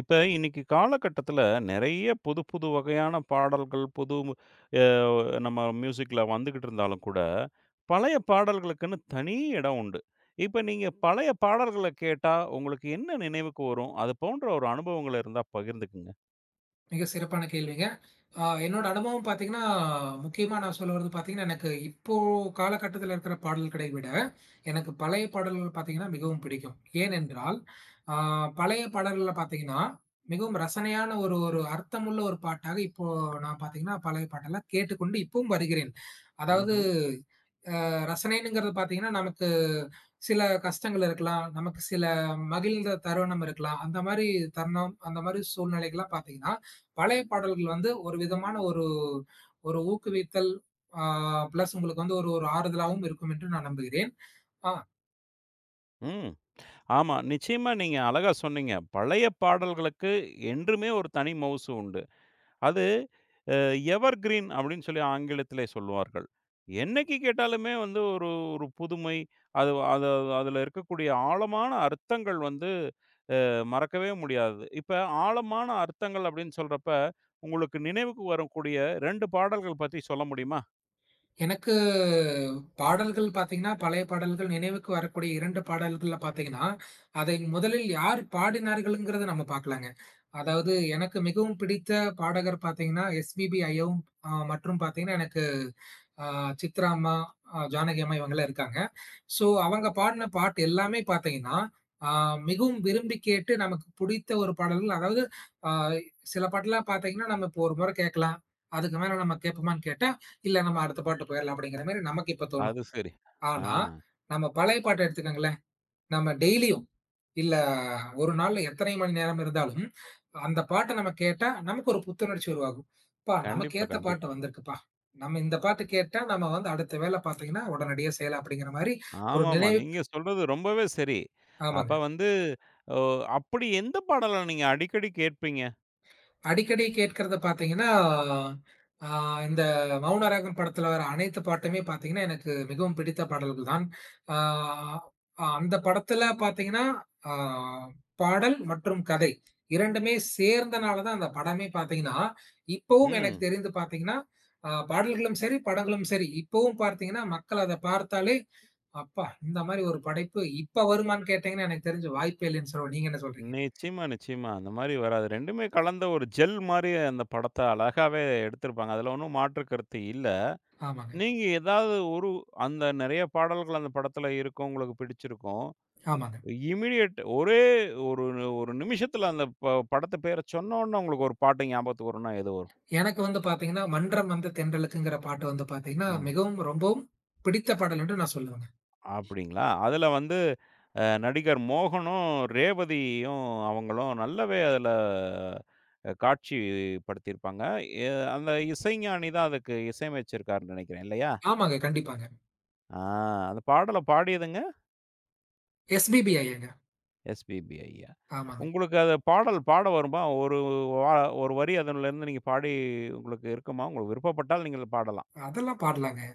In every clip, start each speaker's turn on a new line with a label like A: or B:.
A: இப்ப இன்னைக்கு காலகட்டத்துல நிறைய புது புது வகையான பாடல்கள், புது அ நம்ம மியூசிக்ல வந்துகிட்டு இருந்தாலும் கூட, பழைய பாடல்களுக்குன்னு தனி இடம் உண்டு. இப்ப நீங்க பழைய பாடல்கள கேட்டா, உங்களுக்கு என்ன நினைவுக்கு வரும்? அது போன்ற ஒரு அனுபவங்கள் இருந்தா பகிர்ந்துக்குங்க.
B: மிக சிறப்பான கேள்விங்க. என்னோட அனுபவம் பார்த்தீங்கன்னா, முக்கியமா நான் சொல்ல வரது பார்த்தீங்கன்னா, எனக்கு இப்போ காலகட்டத்தில இருக்கிற பாடல்களை விட, எனக்கு பழைய பாடல்கள் பார்த்தீங்கன்னா மிகவும் பிடிக்கும். ஏனென்றால், ஆ பழைய பாடல்கள்ல பார்த்தீங்கன்னா, மிகவும் ரசனையான ஒரு ஒரு அர்த்தமுள்ள ஒரு பாட்டாக இப்போ நான் பார்த்தீங்கன்னா, பழைய பாட்டெல்லாம் கேட்டுக்கொண்டு இப்பவும் வருகிறேன். அதாவது
A: ம்ஹ்ம்.
B: ரசனைங்கிறது பார்த்தீங்கன்னா, நமக்கு சில கஷ்டங்கள் இருக்கலாம். நமக்கு சில மகிழ்ந்த தருணம் இருக்கலாம். அந்த மாரி தருணம், அந்த மாரி சூழ்நிலைகள்லாம் பார்த்தீங்கன்னா, பழைய பாடல்கள் வந்து ஒரு விதமான ஒரு ஒரு ஊக்குவித்தல், ஆ பிளஸ் உங்களுக்கு வந்து ஒரு ஒரு ஆறுதலாவும் இருக்கும் என்று நான் நம்புகிறேன். ஆ.
A: ம். ஆமா. நிச்சயமா நீங்க அழகா சொன்னீங்க. பழைய பாடல்களுக்கு என்றுமே ஒரு தனி மவுசு உண்டு. அது அ எவர் கிரீன் அப்படின்னு சொல்லி ஆங்கிலத்திலே சொல்லுவார்கள். என்னைக்கு கேட்டாலுமே வந்து ஒரு ஒரு புதுமை, அது அது அதில இருக்கக்கூடிய ஆழமான அர்த்தங்கள் வந்து மறக்கவே முடியாதது. இப்ப ஆழமான அர்த்தங்கள் அப்படின்னு சொல்றப்ப, உங்களுக்கு நினைவுக்கு வரக்கூடிய 2 பாடல்கள் பத்தி சொல்ல முடியுமா?
B: எனக்கு பாடல்கள் பார்த்தீங்கன்னா, பழைய பாடல்கள் நினைவுக்கு வரக்கூடிய 2 பாடல்கள்ல பார்த்தீங்கன்னா, அதை முதலில் யார் பாடினார்கள்ங்கிறத நம்ம பார்க்கலாங்க. அதாவது எனக்கு மிகவும் பிடித்த பாடகர் பார்த்தீங்கன்னா, எஸ்பிபி ஐயாவும் மற்றும் பார்த்தீங்கன்னா, எனக்கு ஆ சித்ரா அம்மா, ஜானகி அம்மா இவங்கலாம் இருக்காங்க. ஸோ அவங்க பாடுன பாட்டு எல்லாமே பார்த்தீங்கன்னா, ஆ மிகவும் விரும்பி கேட்டு நமக்கு பிடித்த ஒரு பாடல்கள். அதாவது ஆ சில பாட்டுலாம் பார்த்தீங்கன்னா, நம்ம இப்போ ஒரு முறை கேட்கலாம். அதுக்கு மேல நம்ம கேட்போமான்னு கேட்டா, இல்ல நம்ம அடுத்த பாட்டு போயிரலாம் அப்படிங்கிற மாரி நமக்கு இப்ப தோணும்.
A: அது சரி. ஆ
B: ஆனா, நம்ம பழைய பாட்ட எடுத்துக்கங்களேன். நம்ம டெய்லியும் இல்ல ஒரு நாள்ல எத்தனை மணி நேரம் இருந்தாலும், அந்த பாட்ட நம்ம கேட்டா நமக்கு ஒரு புத்துணர்ச்சி உருவாகும். "ப்பா! நமக்கு
A: கண்டிப்பா,
B: ஏத்த பாட்டு
A: கண்டிப்பா.
B: வந்திருக்குப்பா. நம்ம இந்த பாட்டு கேட்டா, நம்ம வந்து அடுத்த வேலை பார்த்தீங்கன்னா, உடனடியா செய்யலாம்." அப்படிங்கிற மாரி ஒரு
A: ஆமாமா.
B: நினைவு.
A: நீங்க சொல்றது ரொம்பவே சரி. அப்ப
B: ஆமாங்க.
A: வந்து ஓ அப்படி எந்த பாடல நீங்க அடிக்கடி கேட்பீங்க?
B: அடிக்கடி கேட்கிறத பார்த்தீங்கன்னா, ஆ இந்த மௌனராகம் படத்துல வர அனைத்து பாட்டுமே பார்த்தீங்கன்னா, எனக்கு மிகவும் பிடித்த பாடல்கள் தான். ஆ அந்த படத்துல பார்த்தீங்கன்னா, ஆ பாடல் மற்றும் கதை 2மே சேர்ந்தனால தான் அந்த படமே பார்த்தீங்கன்னா, இப்பவும் எனக்கு
A: ம்.
B: தெரிந்து பார்த்தீங்கன்னா, பாடல்களும் சரி, படங்களும் சரி, இப்பவும் பார்த்தீங்கன்னா, மக்கள் அத பார்த்தாலே, "அப்பா! இந்த மாரி ஒரு படைப்பு இப்ப வருமான்னு?" கேட்டீங்கன்னா, எனக்கு தெரிஞ்சு வாய்ப்பே இல்லைன்னு சொல்லுவேன். நீங்க என்ன சொல்றீங்க?
A: நிச்சயமா, நிச்சயமா. அந்த மாரி வராது. 2மே கலந்த ஒரு ஜெல் மாரி அந்த படத்த அழகாவே எடுத்திருப்பாங்க. அதுல ஒண்ணும் மாற்று கருத்து இல்ல.
B: ஆமாங்க,
A: நீங்க ஏதாவது ஒரு அந்த நெறைய பாடல்கள் அந்த படத்துல இருக்கும். உங்களுக்கு பிடிச்சிருக்கும்.
B: ஆமாங்க.
A: இமிடியேட் ஒரே ஒரு ஒரு நிமிஷத்துல அந்த படத்து பேர சொன்னோனே உங்களுக்கு ஒரு பாட்டு ஞாபகத்துக்கு வரும்னா எது வரும்?
B: எனக்கு வந்து பார்த்தீங்கன்னா, "மன்றம் வந்த தென்றலுக்குங்கிற" பாட்டு வந்து பார்த்தீங்கன்னா,
A: ம்.
B: மிகவும் ரொம்பவும் பிடித்த பாடல் என்று நான் சொல்லுவேங்க.
A: அப்படிங்களா? அதுல வந்து நடிகர் மோகனும், ரேவதியும் அவங்களும் நல்லாவே அதுல காட்சிப்படுத்தியிருப்பாங்க. எ அந்த இசைஞானி தான் அதுக்கு இசையமைச்சிருக்காருன்னு நெனைக்கிறேன் இல்லையா?
B: ஆமாங்க, கண்டிப்பாங்க.
A: ஆ அந்த பாடல பாடியதுங்க?
B: எஸ்பிபி ஐயாங்க.
A: எஸ்பிபி ஐயா.
B: ஆமாங்க.
A: உங்களுக்கு அது பாடல் பாட வருமா? வா ஒரு வரி அதுலருந்து நீங்க பாடி உங்களுக்கு இருக்குமா? உங்களுக்கு விருப்பப்பட்டால் நீங்கள் பாடலாம்.
B: அதெல்லாம் பாடலாங்க.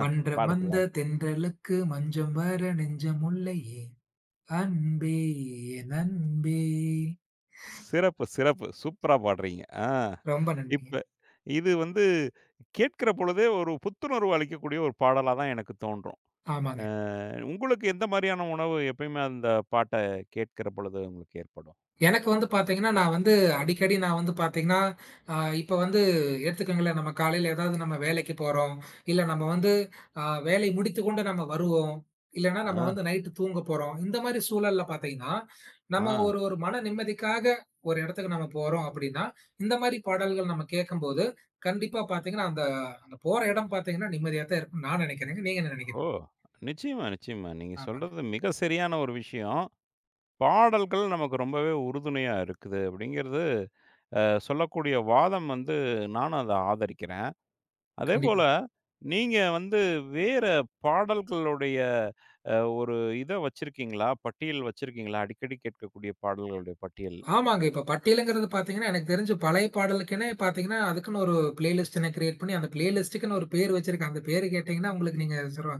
B: "மன்றம் வந்த
A: பாடுங்களேன்.
B: தென்றலுக்கு மஞ்சம் வர நெஞ்சம் முல்லையே, அன்பே என் அன்பே."
A: சிறப்பு, சிறப்பு. சூப்பரா பாடுறீங்க. ஆ.
B: ரொம்ப நன்றிங்க.
A: இப்ப இது வந்து கேட்கிற பொழுதே ஒரு புத்துணர்வு அளிக்கக்கூடிய ஒரு பாடலா தான் எனக்கு தோன்றும்.
B: ஆமாங்க.
A: அ உங்களுக்கு எந்த மாரியான உணவு எப்பயுமே அந்த பாட்ட கேட்கிற பொழுது உங்களுக்கு ஏற்படும்?
B: எனக்கு வந்து பார்த்தீங்கன்னா, நான் வந்து அடிக்கடி நான் வந்து பார்த்தீங்கன்னா, அ இப்ப வந்து எடுத்துக்கோங்களேன், நம்ம காலையில ஏதாவது நம்ம வேலைக்கு போறோம். இல்ல நம்ம வந்து அ வேலை முடித்துக்கொண்டு நம்ம வருவோம். இல்லன்னா நம்ம
A: ஆ,
B: வந்து நைட்டு தூங்க போறோம். இந்த மாரி சூழல்ல பார்த்தீங்கன்னா,
A: ஆ.
B: நம்ம ஒரு ஒரு மன நிம்மதிக்காக ஒரு இடத்துக்கு நம்ம போறோம் அப்படின்னா, இந்த மாரி பாடல்கள் நம்ம கேட்கும்போது, கண்டிப்பா பார்த்தீங்கன்னா, அந்த அந்த போற இடம் பார்த்தீங்கன்னா நிம்மதியா தான் இருக்கும்னு நான் நினைக்கிறேங்க. நீங்க என்ன
A: ஓ!
B: நினைக்கிறீங்க?
A: நிச்சயமா, நிச்சயமா. நீங்க
B: ஆமாங்க.
A: சொல்றது மிக சரியான ஒரு விஷயம். பாடல்கள் நமக்கு ரொம்பவே உறுதுணையா இருக்குது அப்படிங்கிறது, அ சொல்லக்கூடிய வாதம் வந்து நானும் அத ஆதரிக்கிறேன்.
B: கண்டிப்பா.
A: அதேபோல, நீங்க வந்து வேற பாடல்களுடைய ஒரு இத வச்சிருக்கீங்களா? பட்டியல் வச்சிருக்கீங்களா? அடிக்கடி கேட்கக்கூடிய பாடல்களுடைய பட்டியல்.
B: ஆமாங்க. இப்ப பட்டியலுங்கிறது பார்த்தீங்கன்னா, எனக்கு தெரிஞ்சு பழைய பாடலுக்குன்னே பார்த்தீங்கன்னா, அதுக்குன்னு ஒரு பிளேலிஸ்ட்டுன்னு கிரியேட் பண்ணி, அந்த பிளேலிஸ்ட்டுக்குன்னு ஒரு பேர் வச்சிருக்கேன். அந்த பேரு கேட்டீங்கன்னா, உங்களுக்கு நீங்க சொல்ல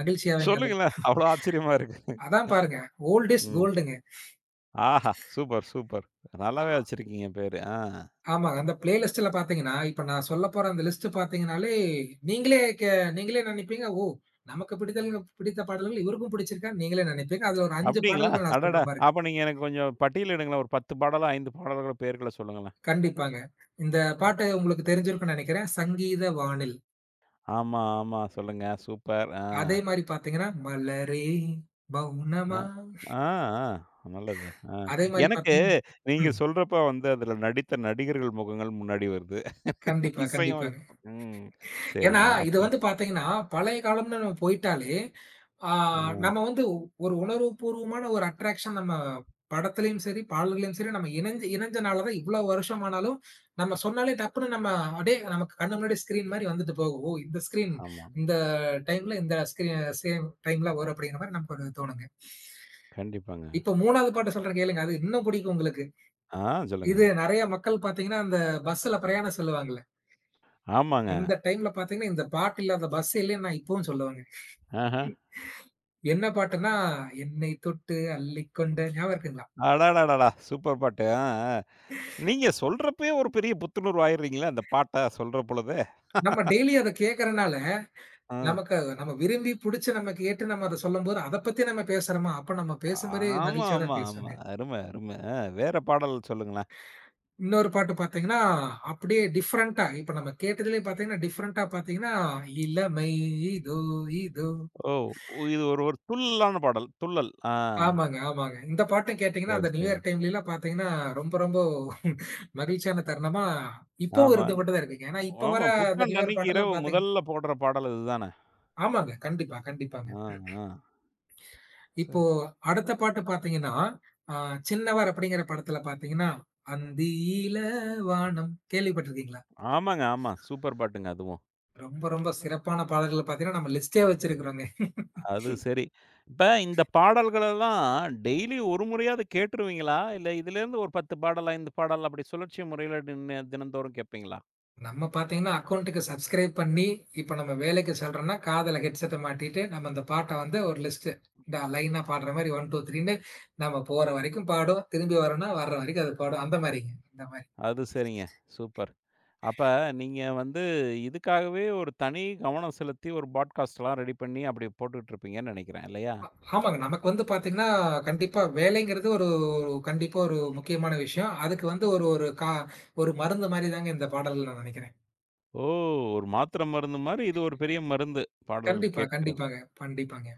B: மகிழ்ச்சியாவீங்க. அது
A: சொல்லுங்களேன். அவ்வளோ ஆச்சரியமா இருக்கு.
B: அதான் பாருங்க. Old is
A: hmm.
B: கோல்டுங்க.
A: ஆஹா! Super, super. நல்லாவே
B: ஆ
A: வச்சிருக்கீங்க பேரு. ஆ.
B: ஆமா. அந்த பிளேலிஸ்ட்டுல பார்த்தீங்கன்னா, இப்ப நான் சொல்லப்போற அந்த லிஸ்ட் பார்த்தீங்கனாலே, நீங்களே கே நீங்களே நினைப்பீங்க, ஓ! நமக்கு பிடித்த பாடல்கள் இவருக்கும் பிடிச்சிருக்கான்னு நீங்களே நினைப்பீங்க. அதுல ஒரு 5
A: அப்படிங்களா?
B: பாடல்கள் நான்
A: அடடா!
B: சொல்றேன் பாருங்க.
A: அப்ப நீங்க எனக்கு கொஞ்சம் பட்டியலிடுங்களேன். ஒரு 10 பாடலோ, 5 பாடல்களோ பேர்கள சொல்லுங்களேன்.
B: கண்டிப்பாங்க. இந்த
A: ம்.
B: பாட்டு உங்களுக்கு தெரிஞ்சிருக்கும்னு நினைக்கிறேன். சங்கீத வானில்.
A: ஆமா, ஆமா. சொல்லுங்க. சூப்பர். ஆ.
B: அதே மாரி பார்த்தீங்கன்னா, மலரே
A: அ.
B: மௌனமா.
A: ஆ, ஆ. நல்லது. ஆ.
B: அதே மாரி
A: எனக்கு நீங்க
B: ம்.
A: சொல்றப்ப வந்து அதுல நடித்த நடிகர்கள் முகங்கள் முன்னாடி வருது.
B: கண்டிப்பா, கண்டிப்பாங்க.
A: இசையமைப்பு. ம்.
B: ஏன்னா,
A: சரிங்க.
B: இது
A: அப்ப
B: வந்து பார்த்தீங்கன்னா, பழைய காலம்ன்னு நம்ம போயிட்டாலே, ஆ
A: ஆ.
B: நம்ம வந்து ஒரு உணர்வுபூர்வமான ஒரு அட்ராக்ஷன் நம்ம படத்துலயும் சரி, பாடல்களையும் சரி நம்ம இணஞ்சு இணஞ்சனால தான் இவ்ளோ வருஷம் ஆனாலும், நம்ம சொன்னாலே டப்புன்னு நம்ம அடே நமக்கு கண்ணு முன்னாடி ஸ்க்ரீன் மாரி வந்துட்டு போகும். ஓ! இந்த ஸ்க்ரீன்
A: ஆமா.
B: இந்த டைம்ல இந்த ஸ்க்ரீன் சேம் டைம்ல வரும் அப்படிங்கிற மாரி நமக்கு ஒரு தோணுங்க.
A: கண்டிப்பாங்க.
B: இப்போ 3வது பாட்டு சொல்றேன் கேளுங்க. அது இன்னும் புடிக்கும் உங்களுக்கு.
A: ஆ சொல்லுங்க.
B: இது நெறைய மக்கள் பார்த்தீங்கன்னா, அந்த பஸ்ல பிரயாணம் சொல்லுவாங்கல்ல.
A: ஆமாங்க.
B: அந்த டைம்ல பார்த்தீங்கன்னா, இந்த பாட்டு இல்லாத பஸ் இல்லன்னு நான் இப்பவும் சொல்லுவேங்க.
A: ஆஹ.
B: என்ன பாட்டுன்னா, என்னை தொட்டு அள்ளிக்கொண்ட ஞாபகம் இருக்குங்களா?
A: அடடடடா! சூப்பர் பாட்டு. ஆ, ஆ. நீங்க சொல்றப்பயே ஒரு பெரிய புத்துணர்வு ஆயிடுறீங்களே அந்த பாட்ட சொல்ற பொழுதே.
B: நம்ம டெய்லி அத கேட்கறனால,
A: ஆ.
B: நமக்கு நம்ம விரும்பி புடிச்சு நம்ம கேட்டு நம்ம அத சொல்லும்போது, அத பத்தி நம்ம பேசுறோமா, அப்ப நம்ம பேசும்போதே
A: ஆமா,
B: மகிழ்ச்சியா
A: ஆமா,
B: தான்
A: ஆமா.
B: பேசுவேங்க.
A: அருமை, அருமை. ஆ வேற பாடல் சொல்லுங்களேன்.
B: இன்னொரு பாட்டு பார்த்தீங்கன்னா, அப்படியே டிஃபரண்ட்டா இப்ப நம்ம கேட்டதிலேயே பார்த்தீங்கன்னா, டிஃபரண்ட்டா பார்த்தீங்கன்னா, இளமை இதோ இதோ.
A: ஓ! இது ஒரு ஒரு துள்ளலான பாடல். துள்ளல். ஆ.
B: ஆமாங்க, ஆமாங்க. இந்த பாட்டும் கேட்டீங்கன்னா,
A: சரி,
B: அந்த நியூ
A: சரி.
B: இயர் டைம்லலாம் பாத்தீங்கன்னா, ரொம்ப ரொம்ப மகிழ்ச்சியான தருணமா இப்பவும்
A: ஆமா.
B: இருந்து கொண்டு தான் இருக்குங்க. ஏன்னா, இப்ப வர
A: ஆமா.
B: அந்த நியூ
A: புத்தாண்டு
B: இயர்
A: அன்னைக்கு
B: பாட்டெல்லாம்
A: இரவு
B: பாத்தீங்
A: முதல்ல போடுற பாடல் இதுதான.
B: ஆமாங்க. கண்டிப்பா, கண்டிப்பாங்க.
A: ஆ, ஆ.
B: இப்போ
A: சரி.
B: அடுத்த பாட்டு பாத்தீங்கன்னா, அ "சின்னவர்" அப்படிங்கிற படத்துல பாத்தீங்கன்னா, "அந்தியில வானம்" கேள்விப்பட்டிருக்கீங்களா?
A: ஆமாங்க, ஆமா. சூப்பர் பாட்டுங்க அதுவும்.
B: ரொம்ப ரொம்ப சிறப்பான பாடல்கள் பாத்தீங்கன்னா, நம்ம லிஸ்ட்டே வச்சிருக்கிறோங்க.
A: அது சரி. இப்ப இந்த பாடல்களெல்லாம் டெய்லி ஒரு முறையாவது கேட்டுருவீங்களா? இல்ல இதுலேருந்து ஒரு 10 பாடல், 5 பாடல் அப்படி சுழற்சி முறையில தின தினந்தோறும் கேட்பீங்களா?
B: நம்ம பார்த்தீங்கன்னா, அக்கவுண்ட்க்கு சப்ஸ்கிரைப் பண்ணி, இப்ப நம்ம வேலைக்கு செல்றோம்னா, காதுல ஹெட்செட்ட மாட்டிட்டு, நம்ம அந்த பாட்ட வந்து ஒரு லிஸ்ட்டு. இந்த லைனா பாடுற மாரி 1, 2, 3ன்னு நம்ம போற வரைக்கும் பாடும். திரும்பி வரோம்னா, வர்ற வரைக்கும் அது பாடும். அந்த மாரிங்க. அந்த மாரி.
A: அது சரிங்க. சூப்பர். அப்ப நீங்க வந்து இதுக்காகவே ஒரு தனி கவனம் செலுத்தி ஒரு பாட்காஸ்ட்லாம் ரெடி பண்ணி அப்படி போட்டுட்டு இருப்பீங்கன்னு நெனைக்கிறேன் இல்லையா?
B: ஆமாங்க. நமக்கு வந்து பார்த்தீங்கன்னா, கண்டிப்பா வேலைங்கிறது ஒரு ஒரு கண்டிப்பா ஒரு முக்கியமான விஷயம். அதுக்கு வந்து ஒரு ஒரு கா ஒரு மருந்து மாரி தாங்க இந்த பாடல் நான் நெனைக்கிறேன்.
A: ஓ! ஒரு மாத்திரை மருந்து மாரி இது ஒரு பெரிய மருந்து. பாடல்கள்
B: கண்டிப்பா,
A: கேட்கிறது.
B: கண்டிப்பாங்க. கண்டிப்பாங்க.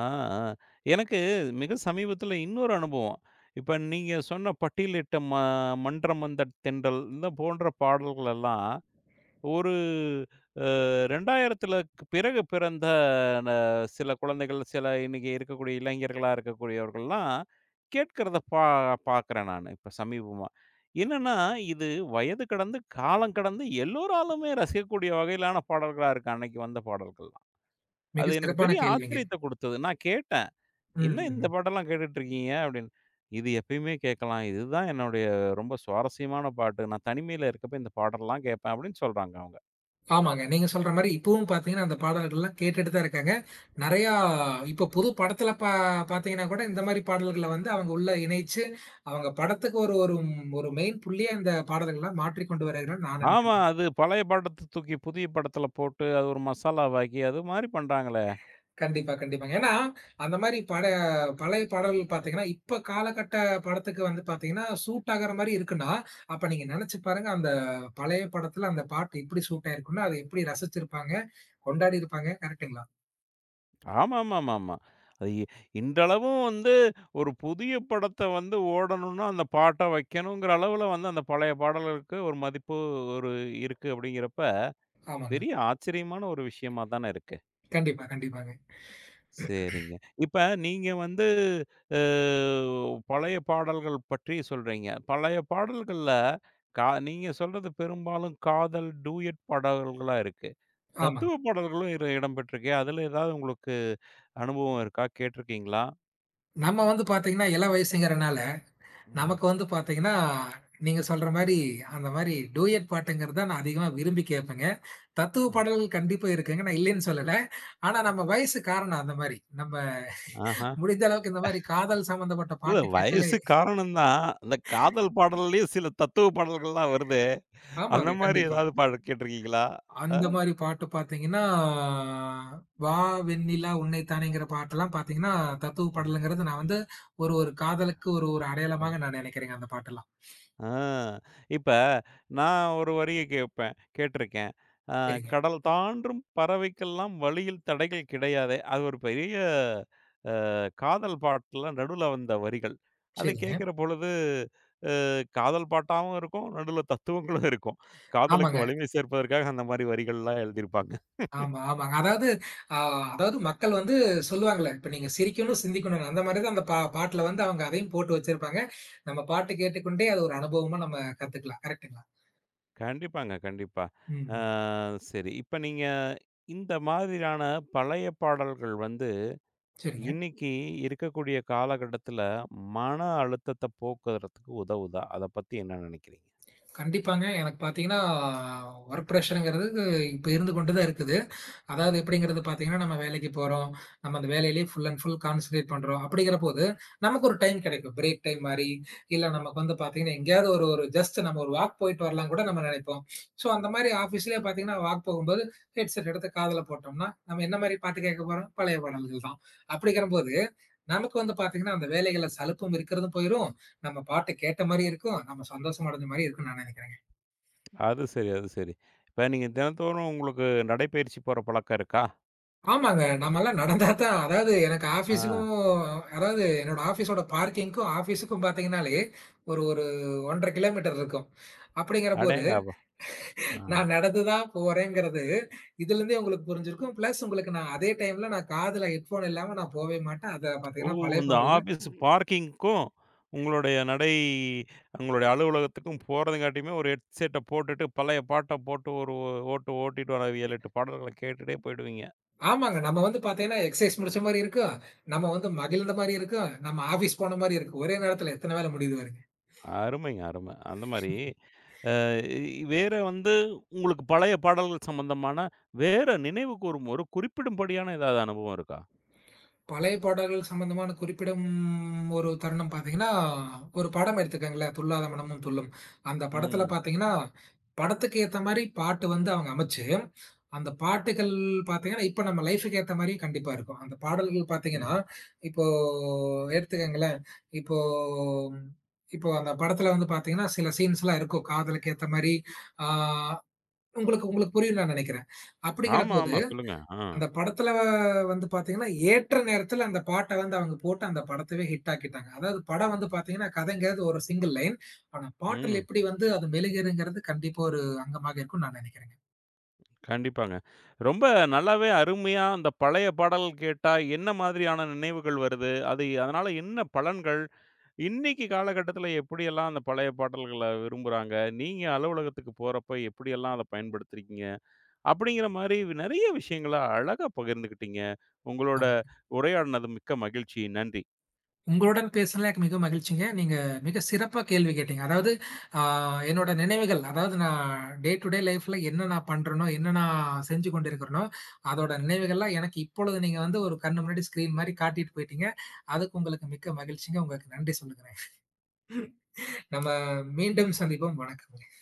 A: ஆ, ஆ. எனக்கு மிக சமீபத்தில இன்னொரு அனுபவம். இப்ப நீங்க சொன்ன "பட்டியலிட்ட மன்றம் வந்த தென்றல்" இந்த போன்ற பாடல்கள் எல்லாம் ஒரு அ 2000த்துலக்கு பிறகு பிறந்த ந சில குழந்தைகள், சில இன்னைக்கு இருக்கக்கூடிய இளைஞர்களா இருக்கக்கூடியவர்கள்லாம் கேட்கிறத பார்க்கிறேன் நானு, இப்ப சமீபமா. என்னன்னா, இது வயது கடந்து, காலம் கடந்து எல்லோராலுமே ரசிக்கக்கூடிய வகையிலான பாடல்களா இருக்கு, அன்னைக்கு வந்த பாடல்கள்லாம். அது
B: மிக
A: எனக்கு
B: சிறப்பான
A: பெரிய
B: கேள்விங்க.
A: ஆச்சரியத்த குடுத்தது. நான் கேட்டேன்.
B: ம்.
A: என்ன
B: ம்.
A: இந்த
B: ம்.
A: பாட்டெல்லாம் கேட்டுட்டு இருக்கீங்க? அப்படின்னு. இது எப்பயுமே கேட்கலாம். இதுதான் என்னுடைய ரொம்ப சுவாரஸ்யமான பாட்டு. நான் தனிமையில இருக்கப்ப இந்த பாடல்லாம் கேட்பேன் அப்படின்னு சொல்றாங்க அவங்க.
B: ஆமாங்க. நீங்க சொல்ற மாரி இப்பவும் பார்த்தீங்கன்னா, அந்த பாடல்கள்லாம் கேட்டுட்டு தான் இருக்காங்க. நெறையா இப்போ புது படத்துல பார்த்தீங்கன்னா கூட, இந்த மாரி பாடல்கள வந்து அவங்க உள்ள இணைச்சு, அவங்க படத்துக்கு ஒரு ஒரு ஒரு மெயின் புள்ளியா இந்த பாடல்கள்லாம் மாற்றிக் கொண்டு வருகிறாங்கன்னு நான்
A: ஆமா.
B: நெனைக்கிறேங்க.
A: அது பழைய படத்த தூக்கி புதிய படத்துல போட்டு அது ஒரு மசாலாவாக்கி அது மாரி பண்றாங்களே.
B: கண்டிப்பா, கண்டிப்பாங்க. ஏன்னா, அந்த மாரி பழைய பாடல்கள் பார்த்தீங்கன்னா, இப்ப காலகட்ட படத்துக்கு வந்து பார்த்தீங்கன்னா, சூட் ஆகுற மாரி இருக்குன்னா, அப்ப நீங்க நெனச்சு பாருங்க, அந்த பழைய படத்துல அந்த பாட்டு எப்படி சூட் ஆயிருக்கும்னா, அத எப்படி ரசிச்சிருப்பாங்க, கொண்டாடியிருப்பாங்க. கரெக்ட்டுங்களா?
A: ஆமாமாமாமா. அது இன்றளவும் வந்து ஒரு புதிய படத்த வந்து ஓடணும்னா அந்த பாட்ட வைக்கணுங்கிற அளவுல வந்து அந்த பழைய பாடல்களுக்கு ஒரு மதிப்பு ஒரு இருக்கு அப்படிங்கிறப்ப
B: ஆமாங்க.
A: பெரிய ஆச்சரியமான ஒரு விஷயமா தானே இருக்கு.
B: கண்டிப்பா, கண்டிப்பாங்க.
A: சரிங்க. இப்ப நீங்க வந்து அ பழைய பாடல்கள் பற்றி சொல்றீங்க. பழைய பாடல்கள்ல நீங்க சொல்றது பெரும்பாலும் காதல், டூயட் பாடல்களா இருக்கு. தத்துவ
B: ஆமாங்க.
A: பாடல்களும் இடம் பெற்றிருக்கு. அதுல ஏதாவது உங்களுக்கு அனுபவம் இருக்கா? கேட்டிருக்கீங்களா?
B: நம்ம வந்து பார்த்தீங்கன்னா, இளம் வயசுங்கிறனால,
A: ம்,
B: நமக்கு வந்து பார்த்தீங்கன்னா, நீங்க சொல்ற மாரி, அந்த மாரி டூயட் பாட்டுங்கிறது தான் நான் அதிகமா விரும்பி கேட்பேங்க. தத்துவ
A: ம்.
B: பாடல்கள் கண்டிப்பா இருக்குங்க. நான் இல்லைன்னு சொல்லல. ஆனா நம்ம வயசு காரணம் அந்த மாரி. நம்ம
A: ஆஹா.
B: முடிந்த அளவுக்கு இந்த மாரி காதல் சம்பந்தப்பட்ட
A: இல்ல
B: பாட்டு கேட்டாலே.
A: வயசு காரணம் தான். அந்த காதல் பாடல்லயும் சில தத்துவ பாடல்கள்லாம் வருதே! அந்த
B: ஆமாங்க.
A: மாரி
B: கண்டிப்பா.
A: ஏதாவது பாடல் கேட்டிருக்கீங்களா? அ.
B: அந்த மாரி பாட்டு பார்த்தீங்கன்னா, "வா வெண்ணிலா உன்னை தானேங்கிற" பாட்டெல்லாம் பார்த்தீங்கன்னா, தத்துவ பாடலுங்கிறது நான் வந்து ஒரு ஒரு காதலுக்கு ஒரு ஒரு
A: ம்.
B: அடையாளமாக நான் நினைக்கிறேங்க அந்த பாட்டெல்லாம்.
A: ஆ. இப்ப நான் ஒரு வரிய கேட்பேன். கேட்டிருக்கேன். அ
B: சரிங்க,
A: "கடல் தாண்டும் பறவைக்கெல்லாம் வழியில் தடைகள் கிடையாதே!" அது ஒரு பெரிய காதல் பாட்டுல நடுவுல வந்த வரிகள். அதை
B: சரிங்க.
A: கேட்கிற பொழுது, அ காதல் பாட்டாவும் இருக்கும், நடுவுல தத்துவங்களும் இருக்கும். காதலுக்கு
B: ஆமாங்க.
A: வலிமை சேர்ப்பதற்காக அந்த மாரி வரிகள்லாம் எழுதியிருப்பாங்க.
B: ஆமா, ஆமாங்க. அதாவது அ அதாவது மக்கள் வந்து சொல்லுவாங்கல்ல, இப்ப நீங்க சிரிக்கணும், சிந்திக்கணும்னு. அந்த மாரி தான் அந்த பாட்டுல வந்து அவங்க அதையும் போட்டு வச்சிருப்பாங்க. நம்ம பாட்டு கேட்டுக்கொண்டே அது ஒரு அனுபவமா நம்ம கத்துக்கலாம். கரெக்ட்டுங்களா?
A: கண்டிப்பாங்க, கண்டிப்பா. அ
B: ம்.
A: சரி. இப்ப நீங்க இந்த மாதிரியான பழைய பாடல்கள் வந்து
B: சரிங்க.
A: இன்னைக்கு இருக்கக்கூடிய காலகட்டத்துல மன அழுத்தத்த போக்குறதுக்கு உதவுதா? அத பத்தி என்ன நினைக்கிறீங்க?
B: கண்டிப்பாங்க. எனக்கு பார்த்தீங்கன்னா, ஒர்க் ப்ரஷர்ங்கிறது இப்ப இருந்து கொண்டு தான் இருக்குது. அதாவது எப்படிங்கிறது பார்த்தீங்கன்னா, நம்ம வேலைக்கு போறோம். நம்ம அந்த வேலையிலேயே ஃபுல் அண்ட் ஃபுல் கான்சன்ட்ரேட் பண்றோம். அப்படிங்கிறபோது, நமக்கு ஒரு டைம் கிடைக்கும். பிரேக் டைம் மாரி, இல்ல நமக்கு வந்து பார்த்தீங்கன்னா, எங்கேயாவது ஒரு ஒரு ஜஸ்ட் நம்ம ஒரு வாக் போயிட்டு வரலாம்ன்னு கூட நம்ம நெனைப்போம். ஸோ, அந்த மாரி ஆஃபீஸ்லயே பார்த்தீங்கன்னா, வாக் போகும்போது ஹெட்செட் எடுத்து காதுல போட்டோம்னா, நம்ம என்ன மாரி பாட்டு கேட்க போறோம்? பழைய பாடல்கள் தான். அப்படிங்கிறபோது, நமக்கு வந்து பார்த்தீங்கன்னா, அந்த வேலைகள்ல சலுப்பும் இருக்கிறதும் போயிரும். நம்ம பாட்டு கேட்ட மாரி இருக்கும். நம்ம சந்தோஷம் அடைஞ்ச மாரி இருக்கும்னு நான் நெனைக்கிறேங்க.
A: அது சரி, அது சரி. இப்ப நீங்க தினந்தோறும் உங்களுக்கு நடைப்பயிற்சி போற பழக்கம் இருக்கா?
B: ஆமாங்க. நம்மலாம் நடந்தா தான் அதாவது எனக்கு ஆஃபீஸுக்கும்
A: ஆ,
B: அதாவது என்னோட ஆஃபீஸோட பார்க்கிங்க்கும், ஆஃபீஸுக்கும் பார்த்தீங்கன்னாலே ஒரு ஒரு 1 1/2 கிலோமீட்டர் இருக்கும். அப்படிங்கிறபோது
A: அடேங்கப்பா! ஆ.
B: நான் நடந்து தான் போறேங்கிறது இதுலருந்தே உங்களுக்கு புரிஞ்சிருக்கும். பிளஸ் உங்களுக்கு நான் அதே டைம்ல நான் காதுல ஹெட்ஃபோன் இல்லாம நான் போவே மாட்டேன். அத
A: ஓ!
B: பார்த்தீங்கன்னா பழைய
A: இந்த
B: பாடல்ல.
A: ஆஃபீஸ் பார்க்கிங்க்கும், உங்களுடைய நடை உங்களுடைய அலுவலகத்துக்கும் போறதுங்காட்டியுமே ஒரு ஹெட்செட்ட போட்டுட்டு, பழைய பாட்ட போட்டு ஒரு ஓட்டு ஓட்டிட்டு வர 7, 8 பாடல்கள கேட்டுட்டே போயிடுவீங்க.
B: ஆமாங்க. நம்ம வந்து பார்த்தீங்கன்னா எக்சர்சைஸ் முடிச்ச மாரி இருக்கும். நம்ம வந்து மகிழ்ந்த மாரி இருக்கும். நம்ம ஆஃபீஸ் போன மாரி இருக்கும். ஒரே நேரத்துல எத்தன வேல முடியுது பாருங்க.
A: அருமைங்க, அருமை. அந்த மாரி அ வேற வந்து உங்களுக்கு பழைய பாடல்கள் சம்பந்தமான வேற நினைவுகூரும் ஒரு குறிப்பிடும்படியான ஏதாவது அனுபவம் இருக்கா?
B: பழைய பாடல்கள் சம்பந்தமான குறிப்பிடும் ஒரு தருணம் பார்த்தீங்கன்னா, ஒரு படம் எடுத்துக்கங்களேன். "துள்ளாத மனமும் துள்ளும்." அந்த படத்துல
A: ம்.
B: பார்த்தீங்கன்னா, படத்துக்கு ஏத்த மாரி பாட்டு வந்து அவங்க அமைச்சு, அந்த பாட்டுகள் பார்த்தீங்கன்னா, இப்ப நம்ம லைஃப்‌க்கு ஏத்த மாரி கண்டிப்பா இருக்கும். அந்த பாடல்கள் பார்த்தீங்கன்னா,
A: ம்ஹ்ம்.
B: இப்போ எடுத்துக்கங்களேன், இப்போ இப்போ அந்த படத்துல வந்து பார்த்தீங்கன்னா, சில சீன்ஸ்லாம் இருக்கும். காதலுக்கு ஏத்த மாரி, ஆ உங்களுக்கு உங்களுக்கு புரியும்ன்னு நான் நெனைக்கிறேன்.
A: ஆமா,
B: அப்படிங்கிறபோது
A: ஆமா. சொல்லுங்க. ஆ.
B: அந்த படத்துல வந்து பாத்தீங்கன்னா, ஏற்ற நேரத்துல அந்த பாட்ட வந்து அவங்க போட்டு அந்த படத்தவே ஹிட் ஆக்கிட்டாங்க. அதாவது படம் வந்து பாத்தீங்கன்னா, கதைங்கிறது ஒரு சிங்கிள் லைன். ஆனா பாட்டுல
A: ம்.
B: எப்படி வந்து அது மெழுகுதுங்கிறது கண்டிப்பா ஒரு அங்கமாக இருக்கும்னு நான் நெனைக்கிறேங்க.
A: கண்டிப்பாங்க. ரொம்ப நல்லாவே அருமையா அந்த பழைய பாடல் கேட்டா என்ன மாதிரியான நினைவுகள் வருது? அது அதனால என்ன பலன்கள்? இன்னைக்கு காலகட்டத்தில எப்படியெல்லாம் அந்த பழைய பாடல்கள விரும்புறாங்க? நீங்க அலுவலகத்துக்கு போறப்ப எப்படியெல்லாம் அத பயன்படுத்துறீங்க? அப்படிங்கிற மாரி நிறைய விஷயங்கள அழகா பகிர்ந்துக்கிட்டீங்க. உங்களோட
B: ஆமா.
A: உரையாடினது மிக்க மகிழ்ச்சி. நன்றி.
B: உங்களுடன் பேசுனதுல எனக்கு மிகவும் மகிழ்ச்சிங்க. நீங்க மிக சிறப்பா கேள்வி கேட்டீங்க. அதாவது ஆ என்னோட நினைவுகள், அதாவது நான் டே டூ டே லைஃப்ல என்ன நான் பண்றேனோ, என்ன நான் செஞ்சு கொண்டிருக்கிறேனோ, அதோட நினைவுகள்லாம் எனக்கு இப்பொழுது நீங்க வந்து ஒரு கண்ணு முன்னாடி ஸ்க்ரீன் மாரி காட்டிட்டு போயிட்டீங்க. அதுக்கு உங்களுக்கு மிக்க மகிழ்ச்சிங்க. உங்களுக்கு நன்றி சொல்லுகிறேன். நம்ம மீண்டும் சந்திப்போம். வணக்கம்.